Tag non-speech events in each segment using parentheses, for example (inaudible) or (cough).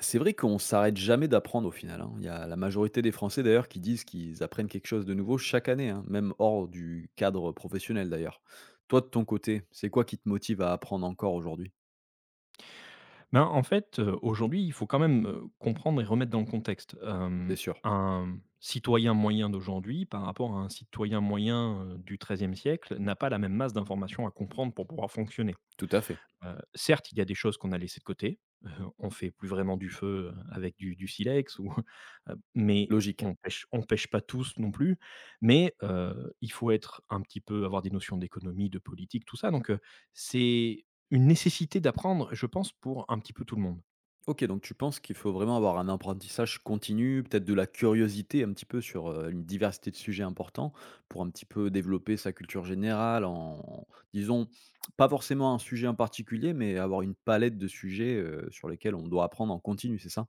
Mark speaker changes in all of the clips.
Speaker 1: C'est vrai qu'on s'arrête jamais d'apprendre au final, hein. Il y a la majorité des Français d'ailleurs qui disent qu'ils apprennent quelque chose de nouveau chaque année, hein, même hors du cadre professionnel d'ailleurs. Toi de ton côté, c'est quoi qui te motive à apprendre encore aujourd'hui?
Speaker 2: Ben, en fait, aujourd'hui, il faut quand même, comprendre et remettre dans le contexte.
Speaker 1: C'est sûr.
Speaker 2: Un citoyen moyen d'aujourd'hui par rapport à un citoyen moyen, du XIIIe siècle n'a pas la même masse d'informations à comprendre pour pouvoir fonctionner.
Speaker 1: Tout à fait.
Speaker 2: Certes, il y a des choses qu'on a laissées de côté, heu, on fait plus vraiment du feu, avec du silex ou (laughs) mais
Speaker 1: Logique.
Speaker 2: on pêche pas tous non plus. Mais, il faut être un petit peu avoir des notions d'économie, de politique, tout ça donc, c'est une nécessité d'apprendre, je pense, pour un petit peu tout le monde.
Speaker 1: OK, donc tu penses qu'il faut vraiment avoir un apprentissage continu, peut-être de la curiosité un petit peu sur, une diversité de sujets importants pour un petit peu développer sa culture générale en disons, pas forcément un sujet en particulier, mais avoir une palette de sujets, sur lesquels on doit apprendre en continu, c'est ça?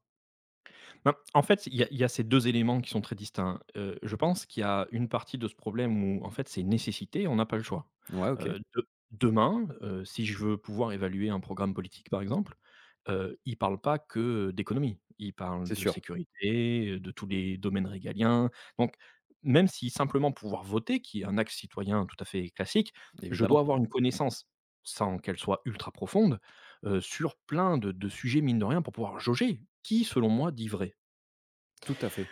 Speaker 2: Ben, en fait, il y a ces 2 éléments qui sont très distincts. Je pense qu'il y a une partie de ce problème où, en fait, c'est une nécessité, on n'a pas le choix.
Speaker 1: Ouais, OK,
Speaker 2: De demain, si je veux pouvoir évaluer un programme politique, par exemple, il ne parle pas que d'économie. Il parle
Speaker 1: c'est
Speaker 2: de
Speaker 1: sûr,
Speaker 2: sécurité, de tous les domaines régaliens. Donc même si simplement pouvoir voter, qui est un axe citoyen tout à fait classique, je dois
Speaker 1: évidemment,
Speaker 2: avoir une connaissance, sans qu'elle soit ultra profonde, sur plein de sujets, mine de rien, pour pouvoir jauger qui, selon moi, dit vrai?
Speaker 1: tout à fait.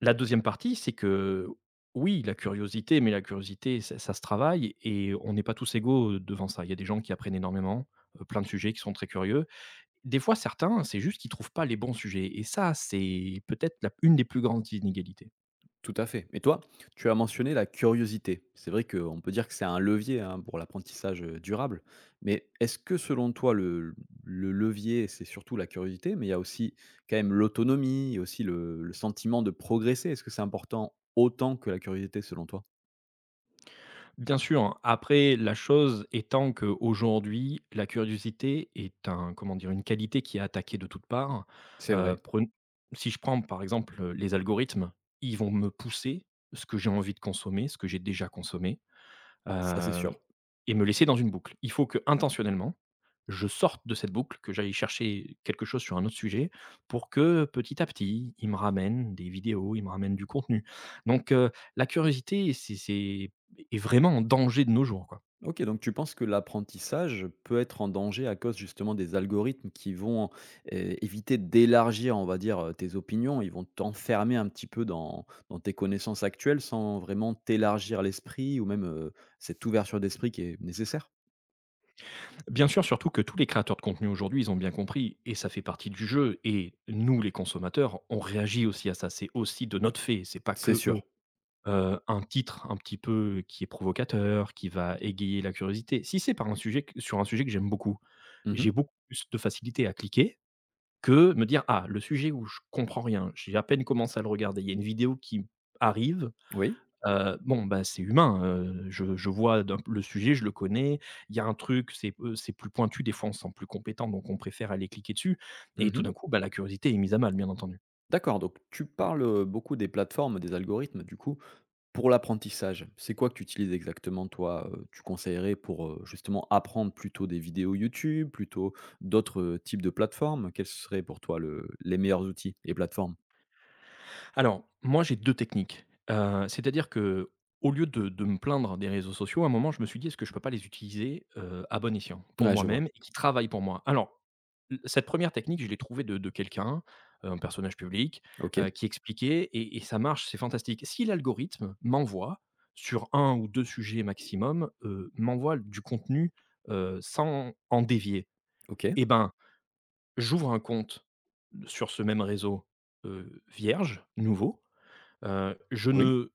Speaker 2: La deuxième partie, c'est que, oui, la curiosité, mais la curiosité, ça ça se travaille et on n'est pas tous égaux, devant ça. Il y a des gens qui apprennent énormément, plein de sujets, qui sont très curieux. Des fois, certains, c'est juste qu'ils trouvent pas les bons sujets et ça, c'est peut-être la une des plus grandes inégalités.
Speaker 1: Tout à fait. Et toi, tu as mentionné la curiosité. C'est vrai qu'on peut dire que c'est un levier hein, pour l'apprentissage durable. Mais est-ce que selon toi, le levier, c'est surtout la curiosité, mais il y a aussi quand même l'autonomie, il y a aussi le sentiment de progresser. Est-ce que c'est important autant que la curiosité selon toi?
Speaker 2: Bien sûr, hein, après, la chose étant qu'aujourd'hui, la curiosité est un comment dire? Une qualité qui est attaquée de toutes parts.
Speaker 1: C'est vrai.
Speaker 2: Pren Si je prends, par exemple, les algorithmes, ils vont me pousser ce que j'ai envie de consommer, ce que j'ai déjà consommé.
Speaker 1: Ça, c'est
Speaker 2: heu
Speaker 1: sûr.
Speaker 2: et me laisser dans une boucle. Il faut que, intentionnellement, je sorte de cette boucle, que j'aille chercher quelque chose sur un autre sujet pour que, petit à petit, il me ramène des vidéos, il me ramène du contenu. Donc la curiosité, c'est est vraiment en danger de nos jours, quoi.
Speaker 1: OK, donc tu penses que l'apprentissage peut être en danger à cause justement des algorithmes qui vont, éviter d'élargir, on va dire, tes opinions, ils vont t'enfermer un petit peu dans tes connaissances actuelles sans vraiment t'élargir l'esprit ou même, cette ouverture d'esprit qui est nécessaire?
Speaker 2: Bien sûr, surtout que tous les créateurs de contenu aujourd'hui, ils ont bien compris et ça fait partie du jeu et nous, les consommateurs, on réagit aussi à ça. C'est aussi de notre fait, c'est pas
Speaker 1: C'est
Speaker 2: que eux.
Speaker 1: sûr.
Speaker 2: Un titre un petit peu qui est provocateur, qui va égayer la curiosité. Si c'est par un sujet que sur un sujet que j'aime beaucoup,
Speaker 1: Mmh.
Speaker 2: j'ai beaucoup plus de facilité à cliquer que me dire: «Ah, le sujet où je comprends rien, j'ai à peine commencé à le regarder, il y a une vidéo qui arrive,
Speaker 1: Oui.
Speaker 2: bon, bah, c'est humain, je vois d'un le sujet, je le connais, il y a un truc, c'est plus pointu, des fois on se sent plus compétent, donc on préfère aller cliquer dessus» et tout
Speaker 1: Mmh.
Speaker 2: d'un coup, bah, la curiosité est mise à mal, bien entendu.
Speaker 1: D'accord, donc tu parles, beaucoup des plateformes, des algorithmes du coup. Pour l'apprentissage, c'est quoi que tu utilises exactement toi, tu conseillerais pour, justement apprendre plutôt des vidéos YouTube, plutôt d'autres, types de plateformes? Quels seraient pour toi le les meilleurs outils et plateformes?
Speaker 2: Alors, moi, j'ai 2 techniques. C'est-à-dire que, au lieu de me plaindre des réseaux sociaux, à un moment, je me suis dit: «Est-ce que je peux pas les utiliser, à bon escient, pour
Speaker 1: Ouais, je vois.
Speaker 2: moi-même et qui travaillent pour moi?» Alors, l cette première technique, je l'ai trouvée de quelqu'un, un personnage public,
Speaker 1: OK,
Speaker 2: qui expliquait et ça marche, c'est fantastique. Si l'algorithme m'envoie sur un ou 2 sujets maximum, m'envoie du contenu, sans en dévier,
Speaker 1: OK,
Speaker 2: et ben, j'ouvre un compte sur ce même réseau, vierge, nouveau. Je
Speaker 1: oui,
Speaker 2: ne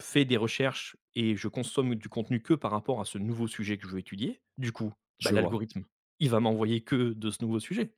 Speaker 2: fais des recherches et je consomme du contenu que par rapport à ce nouveau sujet que je veux étudier. Du coup, bah,
Speaker 1: je vois,
Speaker 2: l'algorithme, il va m'envoyer que de ce nouveau sujet.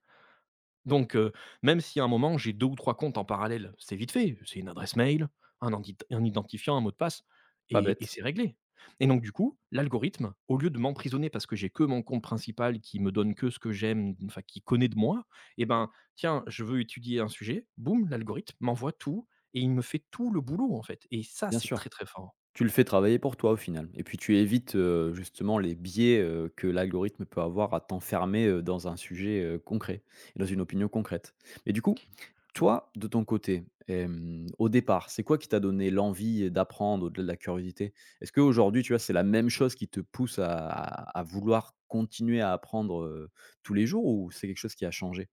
Speaker 2: Donc même si à un moment j'ai 2 ou 3 comptes en parallèle, c'est vite fait. C'est une adresse mail, un identifiant, un mot de passe
Speaker 1: pas
Speaker 2: et
Speaker 1: bête,
Speaker 2: c'est réglé. Et donc du coup, l'algorithme, au lieu de m'emprisonner parce que j'ai que mon compte principal qui me donne que ce que j'aime, enfin qui connaît de moi, eh ben, tiens, je veux étudier un sujet, boum, l'algorithme m'envoie tout et il me fait tout le boulot, en fait, et ça,
Speaker 1: bien
Speaker 2: c'est
Speaker 1: sûr.
Speaker 2: très, très fort.
Speaker 1: Tu le fais travailler pour toi au final et puis tu évites, justement les biais, que l'algorithme peut avoir à t'enfermer, dans un sujet, concret et dans une opinion concrète. Et du coup, toi, de ton côté, au départ, c'est quoi qui t'a donné l'envie d'apprendre au-delà de la curiosité? Est-ce qu'aujourd'hui, tu vois, c'est la même chose qui te pousse à vouloir continuer à apprendre, tous les jours ou c'est quelque chose qui a changé?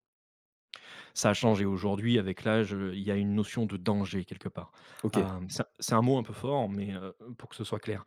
Speaker 2: Ça a changé aujourd'hui avec l'âge, il y a une notion de danger quelque part.
Speaker 1: OK,
Speaker 2: C'est un mot un peu fort mais pour que ce soit clair.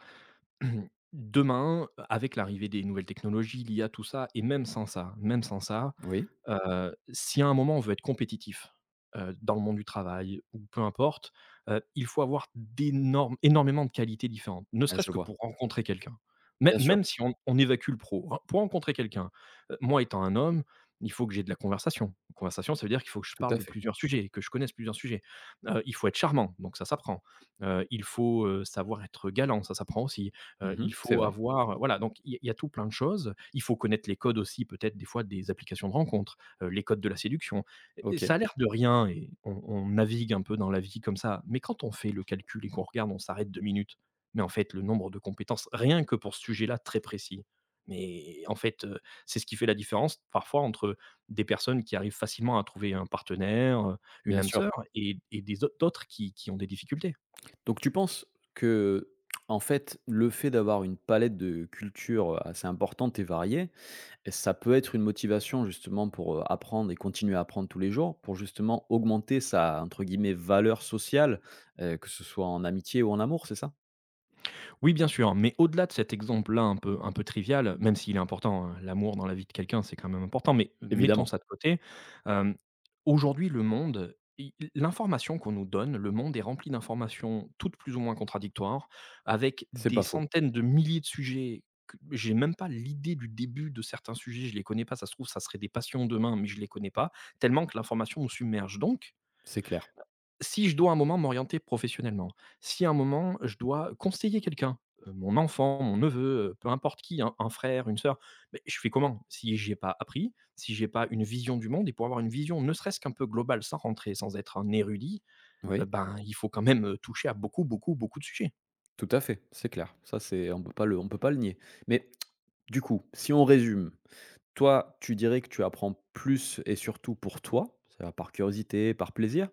Speaker 2: (clears throat) Demain, avec l'arrivée des nouvelles technologies, l'I a tout ça, et même sans ça,
Speaker 1: oui,
Speaker 2: Si à un moment on veut être compétitif, dans le monde du travail ou peu importe, il faut avoir d'énormes énormément de qualités différentes, ne
Speaker 1: ah,
Speaker 2: serait-ce
Speaker 1: je
Speaker 2: que
Speaker 1: vois.
Speaker 2: pour rencontrer quelqu'un. Mê
Speaker 1: Bien sûr,
Speaker 2: Même si on évacue le pro, hein, pour rencontrer quelqu'un, moi étant un homme, il faut que j'ai de la conversation. Conversation, ça veut dire qu'il faut que je
Speaker 1: tout
Speaker 2: parle
Speaker 1: à
Speaker 2: de
Speaker 1: fait.
Speaker 2: plusieurs sujets, que je connaisse plusieurs sujets. Il faut être charmant, donc ça s'apprend. Il faut, savoir être galant, ça s'apprend aussi.
Speaker 1: Mmh,
Speaker 2: Il
Speaker 1: c'est
Speaker 2: faut
Speaker 1: vrai.
Speaker 2: avoir, voilà, donc il y a tout plein de choses. Il faut connaître les codes aussi peut-être des fois des applications de rencontre, les codes de la séduction. Et
Speaker 1: OK,
Speaker 2: ça a l'air de rien et on navigue un peu dans la vie comme ça. Mais quand on fait le calcul et qu'on regarde, on s'arrête 2 minutes. Mais en fait, le nombre de compétences, rien que pour ce sujet-là, très précis. Mais en fait, c'est ce qui fait la différence parfois entre des personnes qui arrivent facilement à trouver un partenaire, une
Speaker 1: bien
Speaker 2: âme sœur,
Speaker 1: sûr.
Speaker 2: et d'autres qui ont des difficultés.
Speaker 1: Donc tu penses que, en fait, le fait d'avoir une palette de cultures, assez importante et variée, et ça peut être une motivation justement pour, apprendre et continuer à apprendre tous les jours, pour justement augmenter sa, entre guillemets, «valeur sociale», que ce soit en amitié ou en amour, c'est ça?
Speaker 2: Oui, bien sûr, mais au-delà de cet exemple-là un peu trivial, même s'il est important, hein, l'amour dans la vie de quelqu'un, c'est quand même important, mais mettons
Speaker 1: Évidemment,
Speaker 2: ça de côté. Hem, Aujourd'hui, le monde, i l'information qu'on nous donne, le monde est rempli d'informations toutes plus ou moins contradictoires, avec
Speaker 1: c'est
Speaker 2: des
Speaker 1: pas faux,
Speaker 2: centaines de milliers de sujets que j'ai même pas l'idée du début de certains sujets, je les connais pas, ça se trouve, ça serait des passions demain, mais je les connais pas, tellement que l'information nous submerge. Donc
Speaker 1: c'est clair.
Speaker 2: si je dois à un moment m'orienter professionnellement, si à un moment je dois conseiller quelqu'un, mon enfant, mon neveu, peu importe qui, hein, un frère, une sœur, beh, je fais comment? Si j'ai pas appris, si j'ai pas une vision du monde et pour avoir une vision ne serait-ce qu'un peu globale, sans être un érudit,
Speaker 1: Oui,
Speaker 2: ben, il faut quand même, toucher à beaucoup, beaucoup, beaucoup de sujets.
Speaker 1: tout à fait, c'est clair. Ça, c'est on peut pas le nier. Mais du coup, si on résume, toi, tu dirais que tu apprends plus et surtout pour toi, ça va par curiosité, par plaisir,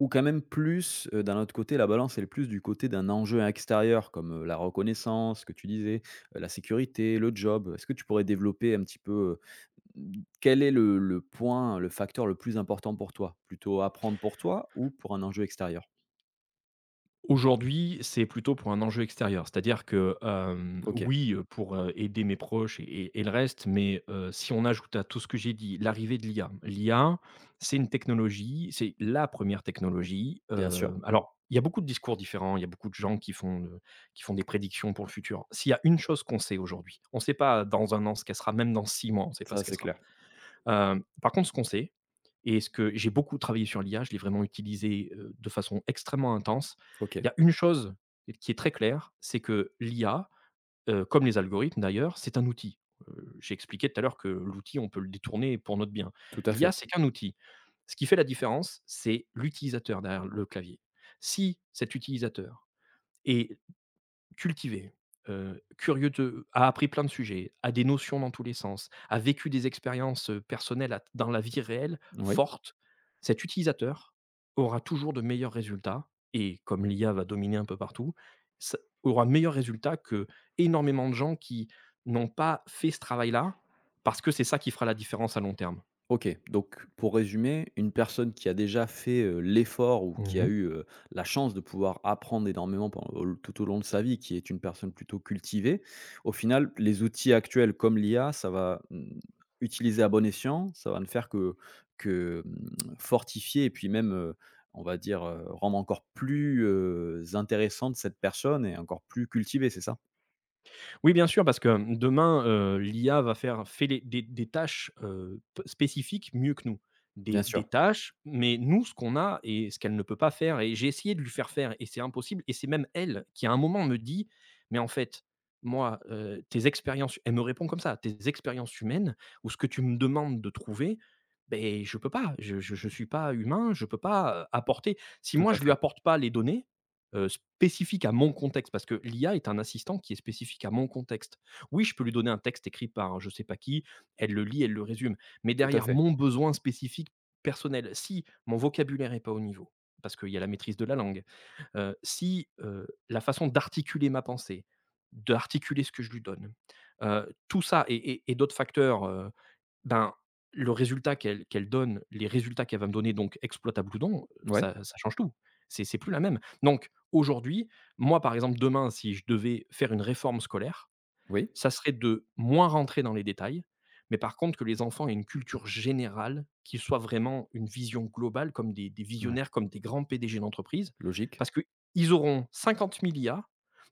Speaker 1: ou quand même plus, d'un autre côté, la balance, elle est plus du côté d'un enjeu extérieur comme, la reconnaissance que tu disais, la sécurité, le job? Est-ce que tu pourrais développer un petit peu, mmh, quel est le point, le facteur le plus important pour toi? Plutôt apprendre pour toi ou pour un enjeu extérieur?
Speaker 2: Aujourd'hui, c'est plutôt pour un enjeu extérieur. C'est-à-dire que,
Speaker 1: OK,
Speaker 2: oui, pour, aider mes proches et le reste, mais, si on ajoute à tout ce que j'ai dit, l'arrivée de l'IA. L'IA, c'est une technologie, c'est la première technologie,
Speaker 1: bien sûr,
Speaker 2: alors, il y a beaucoup de discours différents, il y a beaucoup de gens qui font des prédictions pour le futur. S'il y a une chose qu'on sait aujourd'hui, on ne sait pas dans un an ce qu'elle sera, même dans 6 mois, on ne sait pas ce
Speaker 1: ça
Speaker 2: qu'elle
Speaker 1: c'est
Speaker 2: sera.
Speaker 1: clair.
Speaker 2: Par contre, ce qu'on sait, et ce que j'ai beaucoup travaillé sur l'IA, je l'ai vraiment utilisé, de façon extrêmement intense. Il
Speaker 1: OK,
Speaker 2: y a une chose qui est très claire, c'est que l'IA, comme les algorithmes d'ailleurs, c'est un outil. J'ai expliqué tout à l'heure que l'outil, on peut le détourner pour notre bien.
Speaker 1: tout à
Speaker 2: L'IA,
Speaker 1: fait.
Speaker 2: c'est qu'un outil. Ce qui fait la différence, c'est l'utilisateur derrière le clavier. Si cet utilisateur est cultivé, curieux, de a appris plein de sujets, a des notions dans tous les sens, a vécu des expériences, personnelles, à dans la vie réelle,
Speaker 1: Oui.
Speaker 2: fortes, cet utilisateur aura toujours de meilleurs résultats et comme l'IA va dominer un peu partout, ça aura meilleurs résultats que énormément de gens qui n'ont pas fait ce travail-là, parce que c'est ça qui fera la différence à long terme.
Speaker 1: OK, donc pour résumer, une personne qui a déjà fait, l'effort ou qui a
Speaker 2: Mmh.
Speaker 1: eu, la chance de pouvoir apprendre énormément pen au tout au long de sa vie, qui est une personne plutôt cultivée, au final, les outils actuels comme l'IA, ça va, mmh, utiliser à bon escient, ça va ne faire que, mmh, fortifier et puis même, on va dire, rendre encore plus, intéressante cette personne et encore plus cultivée, c'est ça?
Speaker 2: Oui, bien sûr, parce que demain, l'IA va faire fait les des tâches, p spécifiques mieux que nous. Des
Speaker 1: Bien
Speaker 2: des
Speaker 1: sûr,
Speaker 2: tâches, mais nous, ce qu'on a et ce qu'elle ne peut pas faire et j'ai essayé de lui faire faire et c'est impossible, et c'est même elle qui, à un moment, me dit: «Mais en fait, moi, tes expériences.» Elle me répond comme ça: «Tes expériences humaines ou ce que tu me demandes de trouver, ben je peux pas. Je suis pas humain, je peux pas, apporter». Si
Speaker 1: tout
Speaker 2: moi,
Speaker 1: à
Speaker 2: je lui
Speaker 1: fait,
Speaker 2: apporte pas les données, spécifique à mon contexte, parce que l'IA est un assistant qui est spécifique à mon contexte. Oui, je peux lui donner un texte écrit par un je sais pas qui, elle le lit, elle le résume, mais
Speaker 1: tout à
Speaker 2: derrière
Speaker 1: fait.
Speaker 2: mon besoin spécifique personnel, si mon vocabulaire n'est pas au niveau, parce qu'il y a la maîtrise de la langue, si, la façon d'articuler ma pensée, d'articuler ce que je lui donne, tout ça et d'autres facteurs, ben, le résultat qu'elle donne, les résultats qu'elle va me donner, donc exploitables ou non,
Speaker 1: Ouais,
Speaker 2: ça change tout. C'est plus la même. Donc aujourd'hui, moi, par exemple, demain, si je devais faire une réforme scolaire,
Speaker 1: oui,
Speaker 2: ça serait de moins rentrer dans les détails, mais par contre que les enfants aient une culture générale, qu'ils soient vraiment une vision globale comme des
Speaker 1: ouais,
Speaker 2: visionnaires, comme des grands PDG d'entreprise.
Speaker 1: logique,
Speaker 2: Parce qu'ils auront 50 000 IA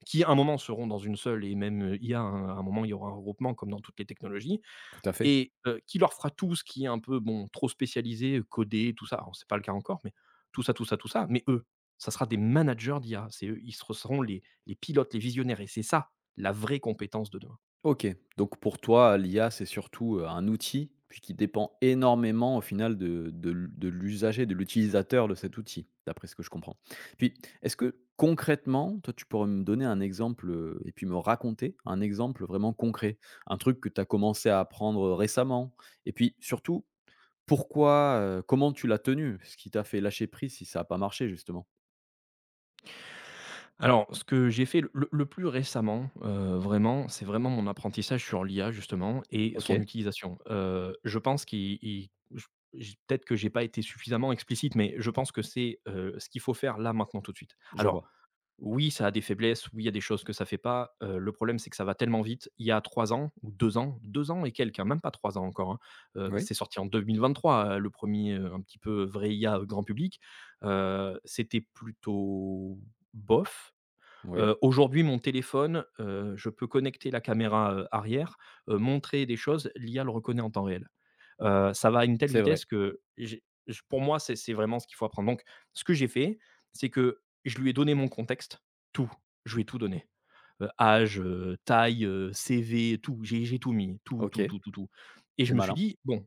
Speaker 2: qui, à un moment, seront dans une seule et même, IA, hein. À un moment, il y aura un regroupement comme dans toutes les technologies
Speaker 1: tout à fait.
Speaker 2: et qui leur fera tout ce qui est un peu, bon, trop spécialisé, codé, tout ça. Alors c'est pas le cas encore, mais tout ça, tout ça, tout ça, mais eux, ça sera des managers d'IA. C'est eux, ils seront les pilotes, les visionnaires et c'est ça, la vraie compétence de demain.
Speaker 1: OK, donc pour toi, l'IA, c'est surtout, un outil, puis qui dépend énormément au final de l'usager, de l'utilisateur de cet outil, d'après ce que je comprends. Puis, est-ce que concrètement, toi, tu pourrais me donner un exemple, et puis me raconter un exemple vraiment concret? Un truc que tu as commencé à apprendre, récemment? Et puis surtout, pourquoi, comment tu l'as tenu? Ce qui t'a fait lâcher prise si ça n'a pas marché justement?
Speaker 2: Alors ce que j'ai fait le plus récemment, vraiment, c'est vraiment mon apprentissage sur l'IA justement et son
Speaker 1: OK,
Speaker 2: utilisation. Je pense qu'il il je j peut-être que j'ai pas été suffisamment explicite, mais je pense que c'est, ce qu'il faut faire là, maintenant, tout de suite.
Speaker 1: je
Speaker 2: Alors
Speaker 1: vois.
Speaker 2: oui, ça a des faiblesses, oui, il y a des choses que ça fait pas. Le problème, c'est que ça va tellement vite. Il y a trois ans ou 2 ans et quelques, hein, même pas 3 ans encore, hein, bah,
Speaker 1: Oui,
Speaker 2: c'est sorti en 2023, le premier er un petit peu vrai IA grand public. C'était plutôt bof.
Speaker 1: oui,
Speaker 2: Aujourd'hui, mon téléphone, je peux connecter la caméra, arrière, montrer des choses, l'IA le reconnaît en temps réel. Ça va à une telle
Speaker 1: c'est vrai.
Speaker 2: vitesse que j'ai j pour moi, c'est vraiment ce qu'il faut apprendre. Donc ce que j'ai fait, c'est que je lui ai donné mon contexte, tout. Je lui ai tout donné, âge, taille, CV, tout. J'ai tout mis, tout, tout,
Speaker 1: OK,
Speaker 2: tout, tout, tout et je
Speaker 1: c'est
Speaker 2: me suis
Speaker 1: malin.
Speaker 2: dit: «Bon,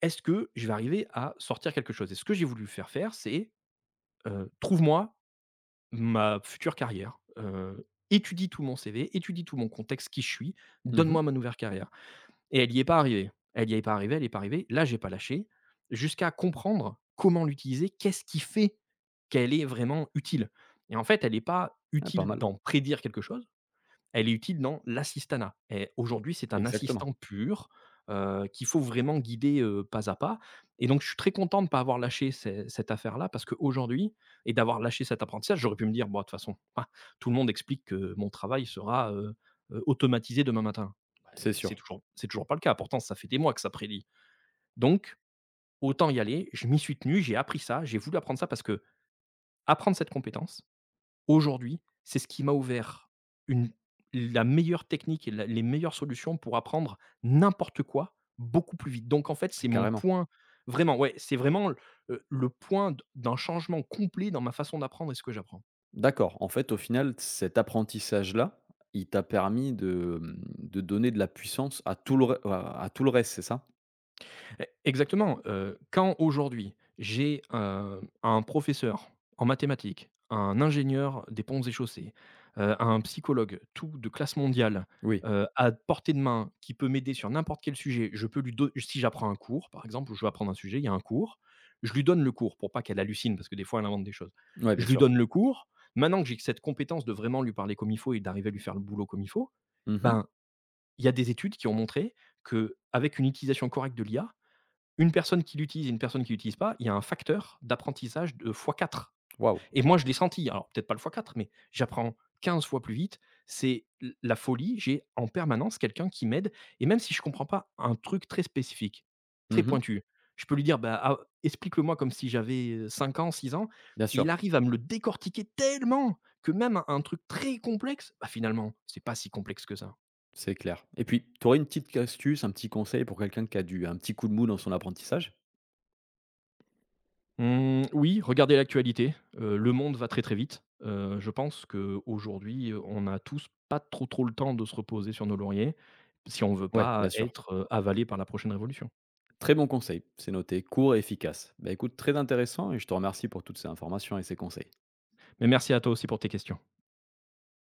Speaker 2: est-ce que je vais arriver à sortir quelque chose?» Et ce que j'ai voulu lui faire faire, c'est, «Trouve-moi ma future carrière, étudie tout mon CV, étudie tout mon contexte, qui je suis,
Speaker 1: Mmh.
Speaker 2: donne-moi ma nouvelle carrière». Et elle n'y est pas arrivée. Elle n'y est pas arrivée, elle y est pas arrivée. Là, j'ai pas lâché jusqu'à comprendre comment l'utiliser, qu'est-ce qui fait qu'elle est vraiment utile. Et en fait, elle n'est pas
Speaker 1: Ah, pas
Speaker 2: utile
Speaker 1: mal.
Speaker 2: d'en prédire quelque chose, elle est utile dans l'assistanat et aujourd'hui, c'est un
Speaker 1: Exactement.
Speaker 2: assistant pur, qu'il faut vraiment guider, pas à pas et donc je suis très content de ne pas avoir lâché ce cette affaire-là parce qu'aujourd'hui et d'avoir lâché cet apprentissage, j'aurais pu me dire: «Bon, de toute façon, ah, tout le monde explique que mon travail sera, automatisé demain matin».
Speaker 1: C'est
Speaker 2: Beh,
Speaker 1: sûr,
Speaker 2: c'est toujours pas le cas, pourtant ça fait des mois que ça prédit, donc autant y aller. Je m'y suis tenu, j'ai appris ça, j'ai voulu apprendre ça parce que apprendre cette compétence aujourd'hui, c'est ce qui m'a ouvert une la meilleure technique et la les meilleures solutions pour apprendre n'importe quoi beaucoup plus vite. Donc en fait, c'est mon
Speaker 1: carrément.
Speaker 2: point vraiment, ouais, c'est vraiment, le point d d'un changement complet dans ma façon d'apprendre et ce que j'apprends.
Speaker 1: D'accord. En fait, au final, cet apprentissage-là, il t'a permis de, mmh, de donner de la puissance à tout le re à tout le reste, c'est ça?
Speaker 2: E exactement, quand aujourd'hui j'ai, un professeur en mathématiques, un ingénieur des ponts et chaussées, un psychologue, tout de classe mondiale,
Speaker 1: Oui.
Speaker 2: à portée de main, qui peut m'aider sur n'importe quel sujet, je peux lui don si j'apprends un cours, par exemple, ou je veux apprendre un sujet, il y a un cours, je lui donne le cours pour pas qu'elle hallucine parce que des fois elle invente des choses.
Speaker 1: Ouais, bien
Speaker 2: Je lui
Speaker 1: sûr.
Speaker 2: donne le cours, maintenant que j'ai cette compétence de vraiment lui parler comme il faut et d'arriver à lui faire le boulot comme il faut,
Speaker 1: Mmh.
Speaker 2: ben, il y a des études qui ont montré qu'avec une utilisation correcte de l'IA, une personne qui l'utilise et une personne qui l'utilise pas, il y a un facteur d'apprentissage de fois 4
Speaker 1: Waouh.
Speaker 2: et moi je l'ai senti, alors peut-être pas le fois 4 mais j'apprends 15 fois plus vite. C'est l la folie, j'ai en permanence quelqu'un qui m'aide et même si je comprends pas un truc très spécifique, très
Speaker 1: Mmh.
Speaker 2: pointu, je peux lui dire: «Bah, ah, explique-le-moi comme si j'avais 5 ans, 6 ans»
Speaker 1: Bien
Speaker 2: et il
Speaker 1: sûr,
Speaker 2: arrive à me le décortiquer tellement que même un truc très complexe, bah, finalement, c'est pas si complexe que ça.
Speaker 1: c'est clair. Et puis, tu aurais une petite astuce, un petit conseil pour quelqu'un qui a du un petit coup de mou dans son apprentissage?
Speaker 2: Mmh, oui, regardez l'actualité. Le monde va très, très vite. Je pense qu'aujourd'hui, on a tous pas trop, trop le temps de se reposer sur nos lauriers si on veut
Speaker 1: Ouais,
Speaker 2: pas
Speaker 1: bien sûr.
Speaker 2: être, avalé par la prochaine révolution.
Speaker 1: Très bon conseil, c'est noté, court et efficace. Bah, écoute, très intéressant et je te remercie pour toutes ces informations et ces conseils.
Speaker 2: Mais merci à toi aussi pour tes questions.